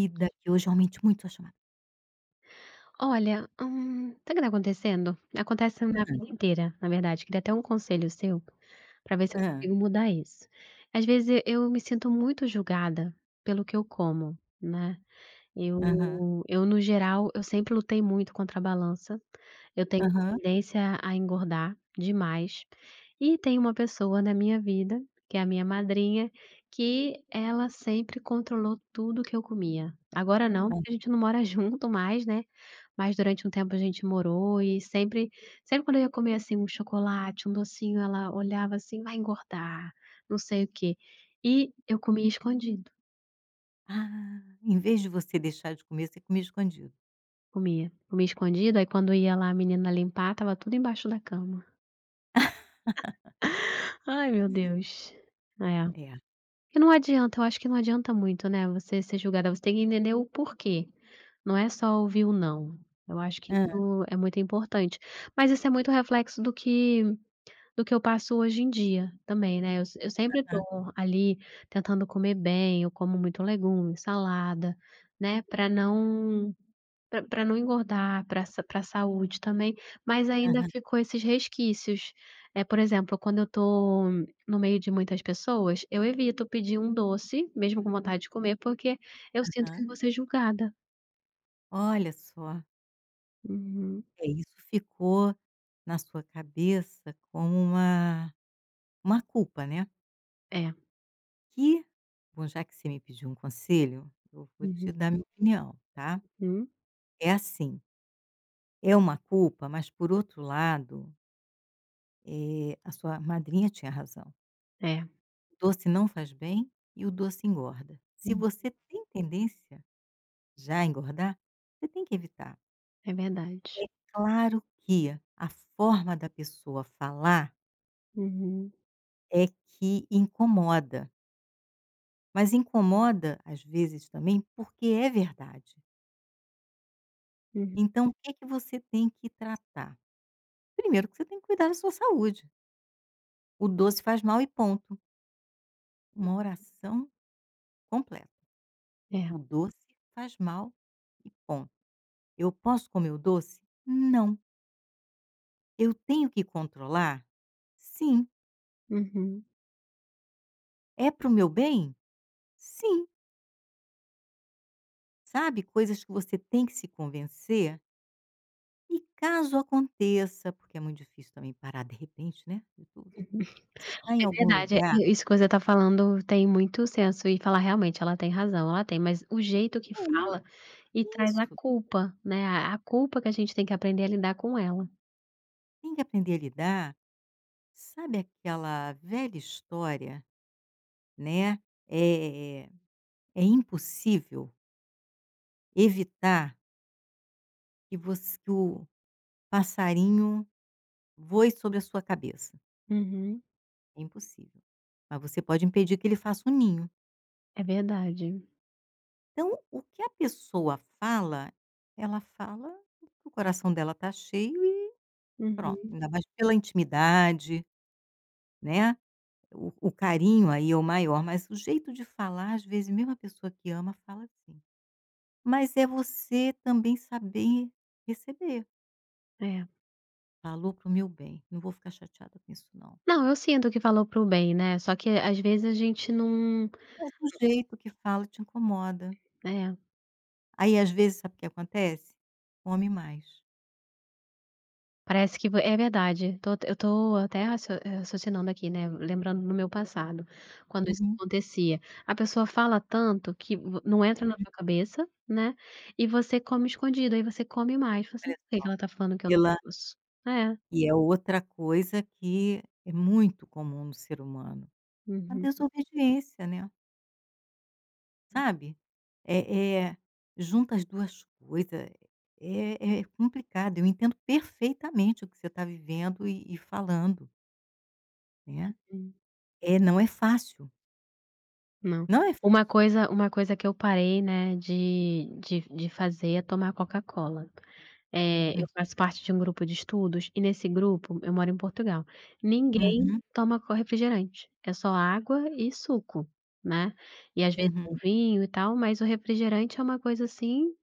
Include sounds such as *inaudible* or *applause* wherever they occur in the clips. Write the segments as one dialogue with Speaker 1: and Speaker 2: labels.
Speaker 1: Vida, que hoje eu realmente muito a chamada.
Speaker 2: Olha, sabe o que tá acontecendo? Acontece na
Speaker 1: Hã,
Speaker 2: vida inteira, na verdade. Queria até um conselho seu para ver se eu
Speaker 1: hã,
Speaker 2: consigo mudar isso. Às vezes eu me sinto muito julgada pelo que eu como, né?
Speaker 1: aham,
Speaker 2: Eu no geral, eu sempre lutei muito contra a balança, eu tenho
Speaker 1: aham,
Speaker 2: tendência a engordar demais, e tem uma pessoa na minha vida, que é a minha madrinha, que ela sempre controlou tudo que eu comia. Agora não,
Speaker 1: hã.
Speaker 2: porque a gente não mora *laughs* junto mais, né, mas durante um tempo a gente morou e sempre quando eu ia comer, assim, um chocolate, um docinho, ela olhava assim: "Vai engordar, não sei o quê", e eu comia escondido.
Speaker 1: Ah, em vez de você deixar de comer, você comia escondido.
Speaker 2: Comia. Comia escondido, aí quando ia lá a menina limpar, tava tudo embaixo da cama. Ai, meu Deus. É.
Speaker 1: É.
Speaker 2: E não adianta, eu acho que não adianta muito, né, você ser julgada, você tem que entender o porquê. Não é só ouvir o "não". Eu acho que
Speaker 1: Aham,
Speaker 2: isso é muito importante. Mas isso é muito reflexo do que eu passo hoje em dia também, né, eu sempre estou ali tentando comer bem, eu como muito legume, salada, né, para não pra não engordar, pra saúde também, mas ainda
Speaker 1: aham,
Speaker 2: ficou esses resquícios. Por exemplo, quando eu tô no meio de muitas pessoas, eu evito pedir um doce, mesmo com vontade de comer, porque eu sinto que
Speaker 1: aham.
Speaker 2: vou ser julgada.
Speaker 1: Olha só.
Speaker 2: Uhum.
Speaker 1: É, isso ficou na sua cabeça como uma culpa, né.
Speaker 2: É.
Speaker 1: Que bom, já que você me pediu um conselho, eu vou
Speaker 2: Uhum.
Speaker 1: te dar minha opinião, tá. É assim, é uma culpa, mas por outro lado, a sua madrinha tinha razão.
Speaker 2: É.
Speaker 1: Doce não faz bem e o doce engorda. Se
Speaker 2: Hum.
Speaker 1: você tem tendência já a engordar, você tem que evitar.
Speaker 2: É verdade.
Speaker 1: Claro que a forma da pessoa falar
Speaker 2: Uhum.
Speaker 1: é que incomoda, mas incomoda às vezes também porque é verdade.
Speaker 2: Uhum.
Speaker 1: Então, o que, que você tem que tratar? Primeiro, que você tem que cuidar da sua saúde. O doce faz mal e ponto. Uma oração completa.
Speaker 2: É.
Speaker 1: O doce faz mal e ponto. Eu posso comer o doce? Não. Eu tenho que controlar? Sim.
Speaker 2: Uhum.
Speaker 1: É para o meu bem? Sim. Sabe, coisas que você tem que se convencer e caso aconteça, porque é muito difícil também parar de repente, né, de tudo. Você está em
Speaker 2: É
Speaker 1: algum
Speaker 2: verdade, é
Speaker 1: lugar
Speaker 2: isso que você tá falando tem muito senso e falar realmente, ela tem razão, ela tem, mas o jeito que
Speaker 1: é i
Speaker 2: fala. E traz a
Speaker 1: isso,
Speaker 2: culpa, né, a culpa que a gente tem que aprender a lidar com ela.
Speaker 1: tem que aprender a lidar. Sabe aquela velha história, né, eh, é impossível evitar que você que o passarinho voe sobre a sua cabeça,
Speaker 2: Uhum.
Speaker 1: é impossível, mas você pode impedir que ele faça um ninho.
Speaker 2: É verdade.
Speaker 1: Então, o que a pessoa fala, ela fala o que o coração dela está cheio e pronto,
Speaker 2: Uhum.
Speaker 1: ainda mais pela intimidade, né, o carinho aí é o maior, mas o jeito de falar, às vezes, mesmo a pessoa que ama fala assim. Mas é você também saber receber.
Speaker 2: É.
Speaker 1: "Falou para o meu bem, não vou ficar chateada com isso não",
Speaker 2: Não, eu sinto que falou para o bem, né, só que às vezes a gente não
Speaker 1: mas o jeito que fala te incomoda.
Speaker 2: é,
Speaker 1: Aí, às vezes, sabe o que acontece? Come mais.
Speaker 2: parece que vo é verdade, tô eu tô até raciocinando aqui, né, lembrando no meu passado, quando isso
Speaker 1: Uhum.
Speaker 2: acontecia. A pessoa fala tanto que vo não entra na tua cabeça, né, e você come escondido, aí você come mais, fala assim:
Speaker 1: Olha,
Speaker 2: "Por que que ela tá falando que eu não
Speaker 1: pela
Speaker 2: posso?". É.
Speaker 1: E é outra coisa que é muito comum no ser humano, a
Speaker 2: Uhum.
Speaker 1: desobediência, né, sabe. É eh, Junta as 2 coisas, é complicado, eu entendo perfeitamente o que você está vivendo e falando, né. É, não é fácil,
Speaker 2: Não.
Speaker 1: não é fácil.
Speaker 2: Uma coisa que eu parei, né, de fazer é tomar Coca-Cola. Eu
Speaker 1: Hum,
Speaker 2: faço parte de um grupo de estudos e nesse grupo eu moro em Portugal, ninguém
Speaker 1: uhum,
Speaker 2: toma co refrigerante, é só água e suco, né. E às vezes
Speaker 1: uhum.
Speaker 2: um vinho e tal, mas o refrigerante é uma coisa assim,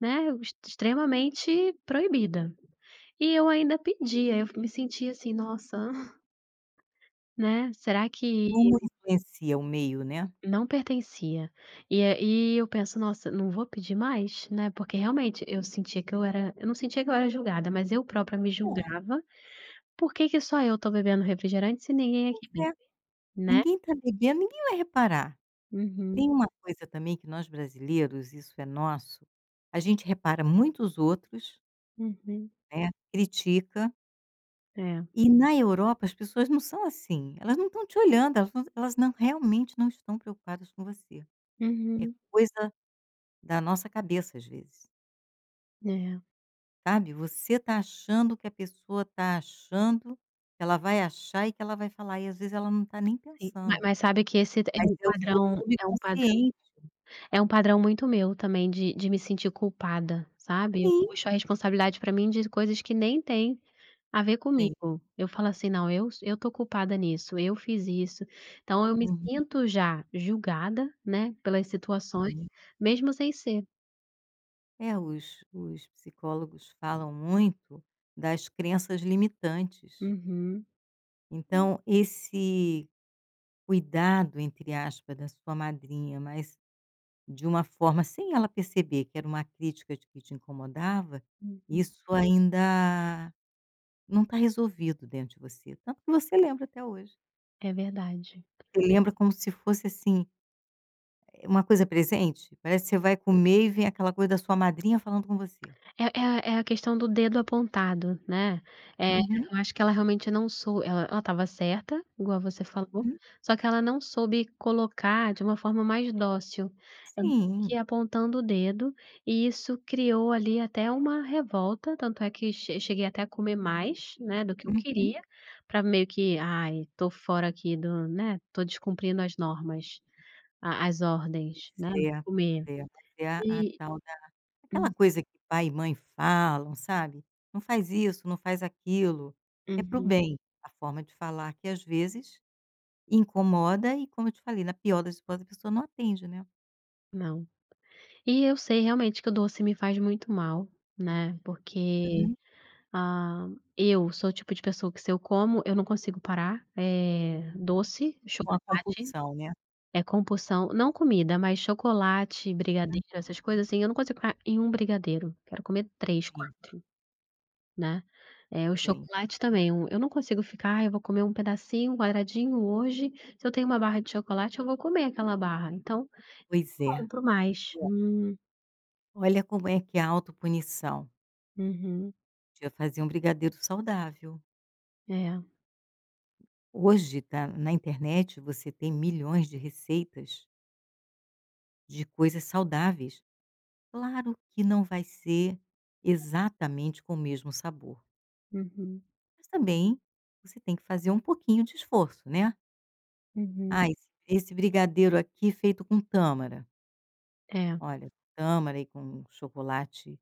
Speaker 2: né, ex extremamente proibida. E eu ainda pedia, eu me sentia assim: "Nossa, *laughs* né, será que".
Speaker 1: Como influencia o meio, né.
Speaker 2: Não pertencia. E é e eu penso: "Nossa, não vou pedir mais", né, porque realmente eu sentia que eu era eu não sentia que eu era julgada, mas eu própria me julgava: "Por que que só eu estou bebendo refrigerante se ninguém
Speaker 1: Pois
Speaker 2: aqui bebe?",
Speaker 1: é,
Speaker 2: né.
Speaker 1: ninguém está bebendo, ninguém vai reparar.
Speaker 2: Uhum,
Speaker 1: Tem uma coisa também que nós brasileiros, isso é nosso, a gente repara muito os outros,
Speaker 2: uhum.
Speaker 1: né, critica,
Speaker 2: É.
Speaker 1: e na Europa as pessoas não são assim, elas não estão te olhando, elas não realmente não estão preocupadas com você. É
Speaker 2: Uhum.
Speaker 1: coisa da nossa cabeça às vezes,
Speaker 2: É,
Speaker 1: sabe, você está achando que a pessoa está achando, que ela vai achar e que ela vai falar, e às vezes ela não está nem
Speaker 2: sim. Ma
Speaker 1: pensando,
Speaker 2: mas sabe que esse é
Speaker 1: mas
Speaker 2: um
Speaker 1: é o seu
Speaker 2: padrão é um padrão
Speaker 1: subconsciente.
Speaker 2: é um padrão muito meu também de me sentir culpada, sabe. Eu
Speaker 1: Sim,
Speaker 2: puxo a responsabilidade pra mim de coisas que nem têm a ver
Speaker 1: sim.
Speaker 2: comigo. Eu falo assim: "Não, eu tô culpada nisso, eu fiz isso". Então eu me
Speaker 1: Uhum.
Speaker 2: sinto já julgada, né, pelas situações, mesmo sem ser.
Speaker 1: É, os psicólogos falam muito das crenças limitantes.
Speaker 2: Uhum,
Speaker 1: Então esse "cuidado", entre aspas, da sua madrinha, mas de uma forma sem ela perceber que era uma crítica de que te incomodava,
Speaker 2: uhum.
Speaker 1: isso, sim, ainda não está resolvido dentro de você, tanto que você lembra até hoje.
Speaker 2: É verdade.
Speaker 1: Você lembra como se fosse, assim, uma coisa presente, parece que você vai comer e vem aquela coisa da sua madrinha falando com você.
Speaker 2: É é é a questão do dedo apontado, né. Uhum.
Speaker 1: Uhum,
Speaker 2: eu acho que ela realmente não sou ela estava certa, igual você falou,
Speaker 1: hum,
Speaker 2: só que ela não soube colocar de uma forma mais dócil. Ela que
Speaker 1: sim,
Speaker 2: apontando o dedo, e isso criou ali até uma revolta, tanto é que cheguei até a comer mais, né, do que eu
Speaker 1: uhum.
Speaker 2: queria, para meio que: "Ai, tô fora aqui do né, tô descumprindo as normas, a as ordens, né,
Speaker 1: Pois é,
Speaker 2: comer".
Speaker 1: pois é, mas é a
Speaker 2: E
Speaker 1: tal da aquela
Speaker 2: hum,
Speaker 1: coisa que pai e mãe falam, sabe, "Não faz isso, não faz aquilo", é pro
Speaker 2: uhum.
Speaker 1: bem, a forma de falar que às vezes incomoda e como eu te falei, na pior das hipóteses, a pessoa não atende, né.
Speaker 2: Não. E eu sei realmente que o doce me faz muito mal, né, porque,
Speaker 1: Uhum.
Speaker 2: ah, eu sou o tipo de pessoa que se eu como, eu não consigo parar, doce,
Speaker 1: Com a
Speaker 2: chocolate,
Speaker 1: compulsão, né.
Speaker 2: é compulsão, não comida, mas chocolate, brigadeiro, essas coisas assim, eu não consigo ficar em um brigadeiro, quero comer 3,
Speaker 1: Sim,
Speaker 2: quatro, né. O
Speaker 1: sim.
Speaker 2: chocolate também, um eu não consigo ficar: "Ai, eu vou comer um pedacinho, um quadradinho hoje, se eu tenho uma barra de chocolate eu vou comer aquela barra", então
Speaker 1: Pois é.
Speaker 2: compro mais.
Speaker 1: Olha como é que é a autopunição.
Speaker 2: Uhum,
Speaker 1: Podia fazer um brigadeiro saudável.
Speaker 2: é.
Speaker 1: Hoje tá na internet você tem milhões de receitas de coisas saudáveis. Claro que não vai ser exatamente com o mesmo sabor,
Speaker 2: Uhum,
Speaker 1: mas também você tem que fazer um pouquinho de esforço, né.
Speaker 2: uhum.
Speaker 1: Ah, esse brigadeiro aqui feito com tâmara,
Speaker 2: É.
Speaker 1: olha, tâmara e com chocolate,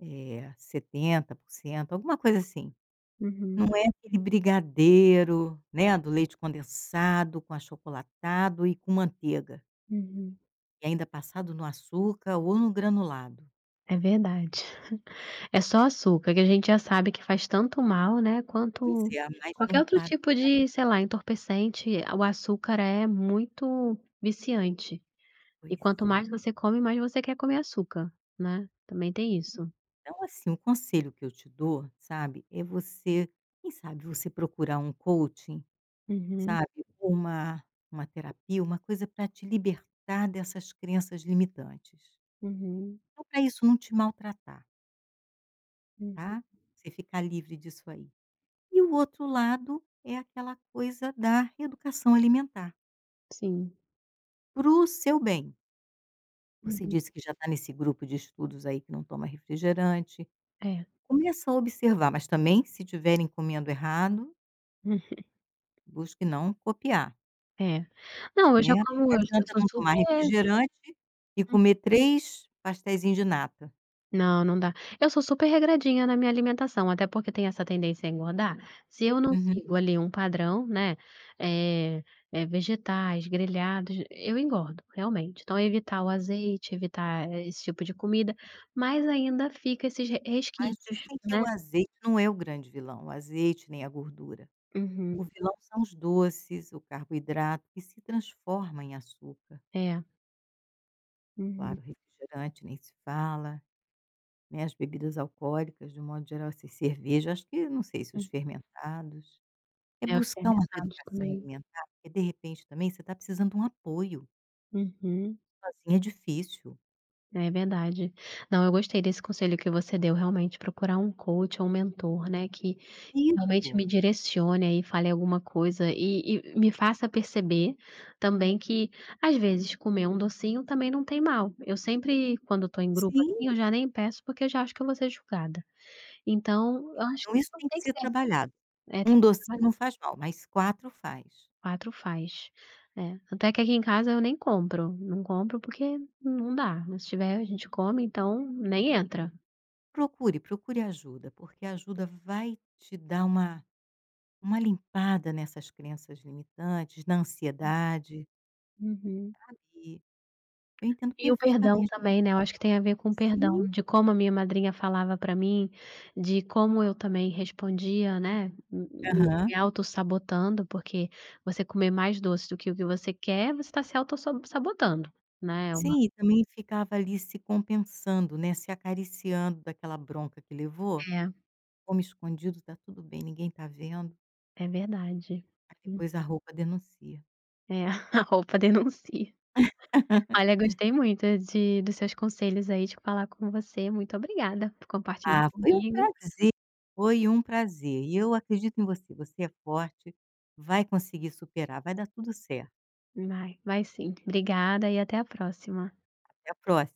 Speaker 1: 70%, alguma coisa assim.
Speaker 2: Uhum,
Speaker 1: Não é aquele brigadeiro, né, do leite condensado com achocolatado e com manteiga,
Speaker 2: uhum.
Speaker 1: e ainda passado no açúcar ou no granulado.
Speaker 2: É verdade. É só açúcar, que a gente já sabe que faz tanto mal, né,
Speaker 1: Pois
Speaker 2: quanto
Speaker 1: é, mas não
Speaker 2: qualquer outro
Speaker 1: para
Speaker 2: tipo de, sei lá, entorpecente. O açúcar é muito viciante.
Speaker 1: pois
Speaker 2: E quanto
Speaker 1: é.
Speaker 2: mais você come, mais você quer comer açúcar, né. Também tem isso.
Speaker 1: Então, assim, o conselho que eu te dou, sabe, é você, quem sabe, você procurar um coaching,
Speaker 2: Uhum,
Speaker 1: sabe, ou uma terapia, uma coisa para te libertar dessas crenças limitantes.
Speaker 2: uhum,
Speaker 1: Então para isso não te maltratar,
Speaker 2: uhum.
Speaker 1: tá, você ficar livre disso aí. E o outro lado é aquela coisa da reeducação alimentar,
Speaker 2: Sim.
Speaker 1: para o seu bem. Você
Speaker 2: Uhum.
Speaker 1: disse que já está nesse grupo de estudos aí que não toma refrigerante.
Speaker 2: É.
Speaker 1: Começa a observar, mas também se estiverem comendo errado,
Speaker 2: Hum,
Speaker 1: busque não copiar,
Speaker 2: é. Não, eu já
Speaker 1: né,
Speaker 2: como
Speaker 1: não
Speaker 2: eu
Speaker 1: adianta
Speaker 2: sou
Speaker 1: não tomar
Speaker 2: super.
Speaker 1: refrigerante e comer 3 pasteizinhos de nata.
Speaker 2: Não, não dá. Eu sou super regradinha na minha alimentação, até porque tem essa tendência a engordar. Se eu não
Speaker 1: Uhum.
Speaker 2: sigo ali um padrão, né, eh vegetais, grelhados, eu engordo, realmente. Então evitar o azeite, evitar esse tipo de comida, mas ainda fica esses re
Speaker 1: Mas
Speaker 2: resquícios,
Speaker 1: dizem que o
Speaker 2: né.
Speaker 1: azeite não é o grande vilão, o azeite nem a gordura.
Speaker 2: Uhum.
Speaker 1: O vilão são os doces, o carboidrato que se transforma em açúcar.
Speaker 2: É. Uhum.
Speaker 1: Claro, refrigerante nem se fala, né, as bebidas alcoólicas de um modo geral, assim, cerveja, acho que não sei se os
Speaker 2: Hum.
Speaker 1: fermentados. É
Speaker 2: É, os
Speaker 1: buscar uma
Speaker 2: fermentados
Speaker 1: reeducação
Speaker 2: também.
Speaker 1: alimentar, porque de repente também você está precisando de um apoio,
Speaker 2: Uhum.
Speaker 1: sozinha é difícil.
Speaker 2: É verdade. Não, eu gostei desse conselho que você deu, realmente procurar um coach ou um mentor, né, que realmente
Speaker 1: Isso,
Speaker 2: me direcione aí, fale alguma coisa e me faça perceber também que, às vezes, comer um docinho também não tem mal. Eu sempre, quando estou em grupo,
Speaker 1: sim,
Speaker 2: assim, eu já nem peço, porque eu já acho que eu vou ser julgada. Então, eu acho
Speaker 1: então
Speaker 2: que
Speaker 1: isso
Speaker 2: não
Speaker 1: tem
Speaker 2: tem
Speaker 1: que
Speaker 2: que
Speaker 1: ser
Speaker 2: ser
Speaker 1: trabalhado.
Speaker 2: é, tem
Speaker 1: Um
Speaker 2: que trabalhar,
Speaker 1: docinho não faz mal, mas 4 faz.
Speaker 2: 4 faz. É, até que aqui em casa eu nem compro, não compro porque não dá, se tiver a gente come, então nem entra.
Speaker 1: Procure, procure ajuda, porque a ajuda vai te dar uma limpada nessas crenças limitantes, na ansiedade,
Speaker 2: Uhum.
Speaker 1: sabe. Eu entendo
Speaker 2: E o perdão
Speaker 1: perfeitamente.
Speaker 2: também, né, eu acho que tem a ver com o
Speaker 1: Sim,
Speaker 2: perdão, de como a minha madrinha falava pra mim, de como eu também respondia, né,
Speaker 1: aham.
Speaker 2: me sabotando porque você comer mais doce do que o que você quer, você está se auto sabotando, né, é uma
Speaker 1: Sim, e também ficava ali se compensando, né, se acariciando daquela bronca que levou,
Speaker 2: é,
Speaker 1: "como escondido, tá tudo bem, ninguém tá vendo",
Speaker 2: é verdade.
Speaker 1: aí
Speaker 2: Hum,
Speaker 1: depois a roupa denuncia.
Speaker 2: é, *laughs* a roupa denuncia. Olha, gostei muito de dos seus conselhos aí, de falar com você, muito obrigada por compartilhar
Speaker 1: Ah, foi um
Speaker 2: comigo.
Speaker 1: prazer, foi um prazer. E eu acredito em você, você é forte, vai conseguir superar, vai dar tudo certo.
Speaker 2: Vai, vai sim. Obrigada e até a próxima.
Speaker 1: Até a próxima.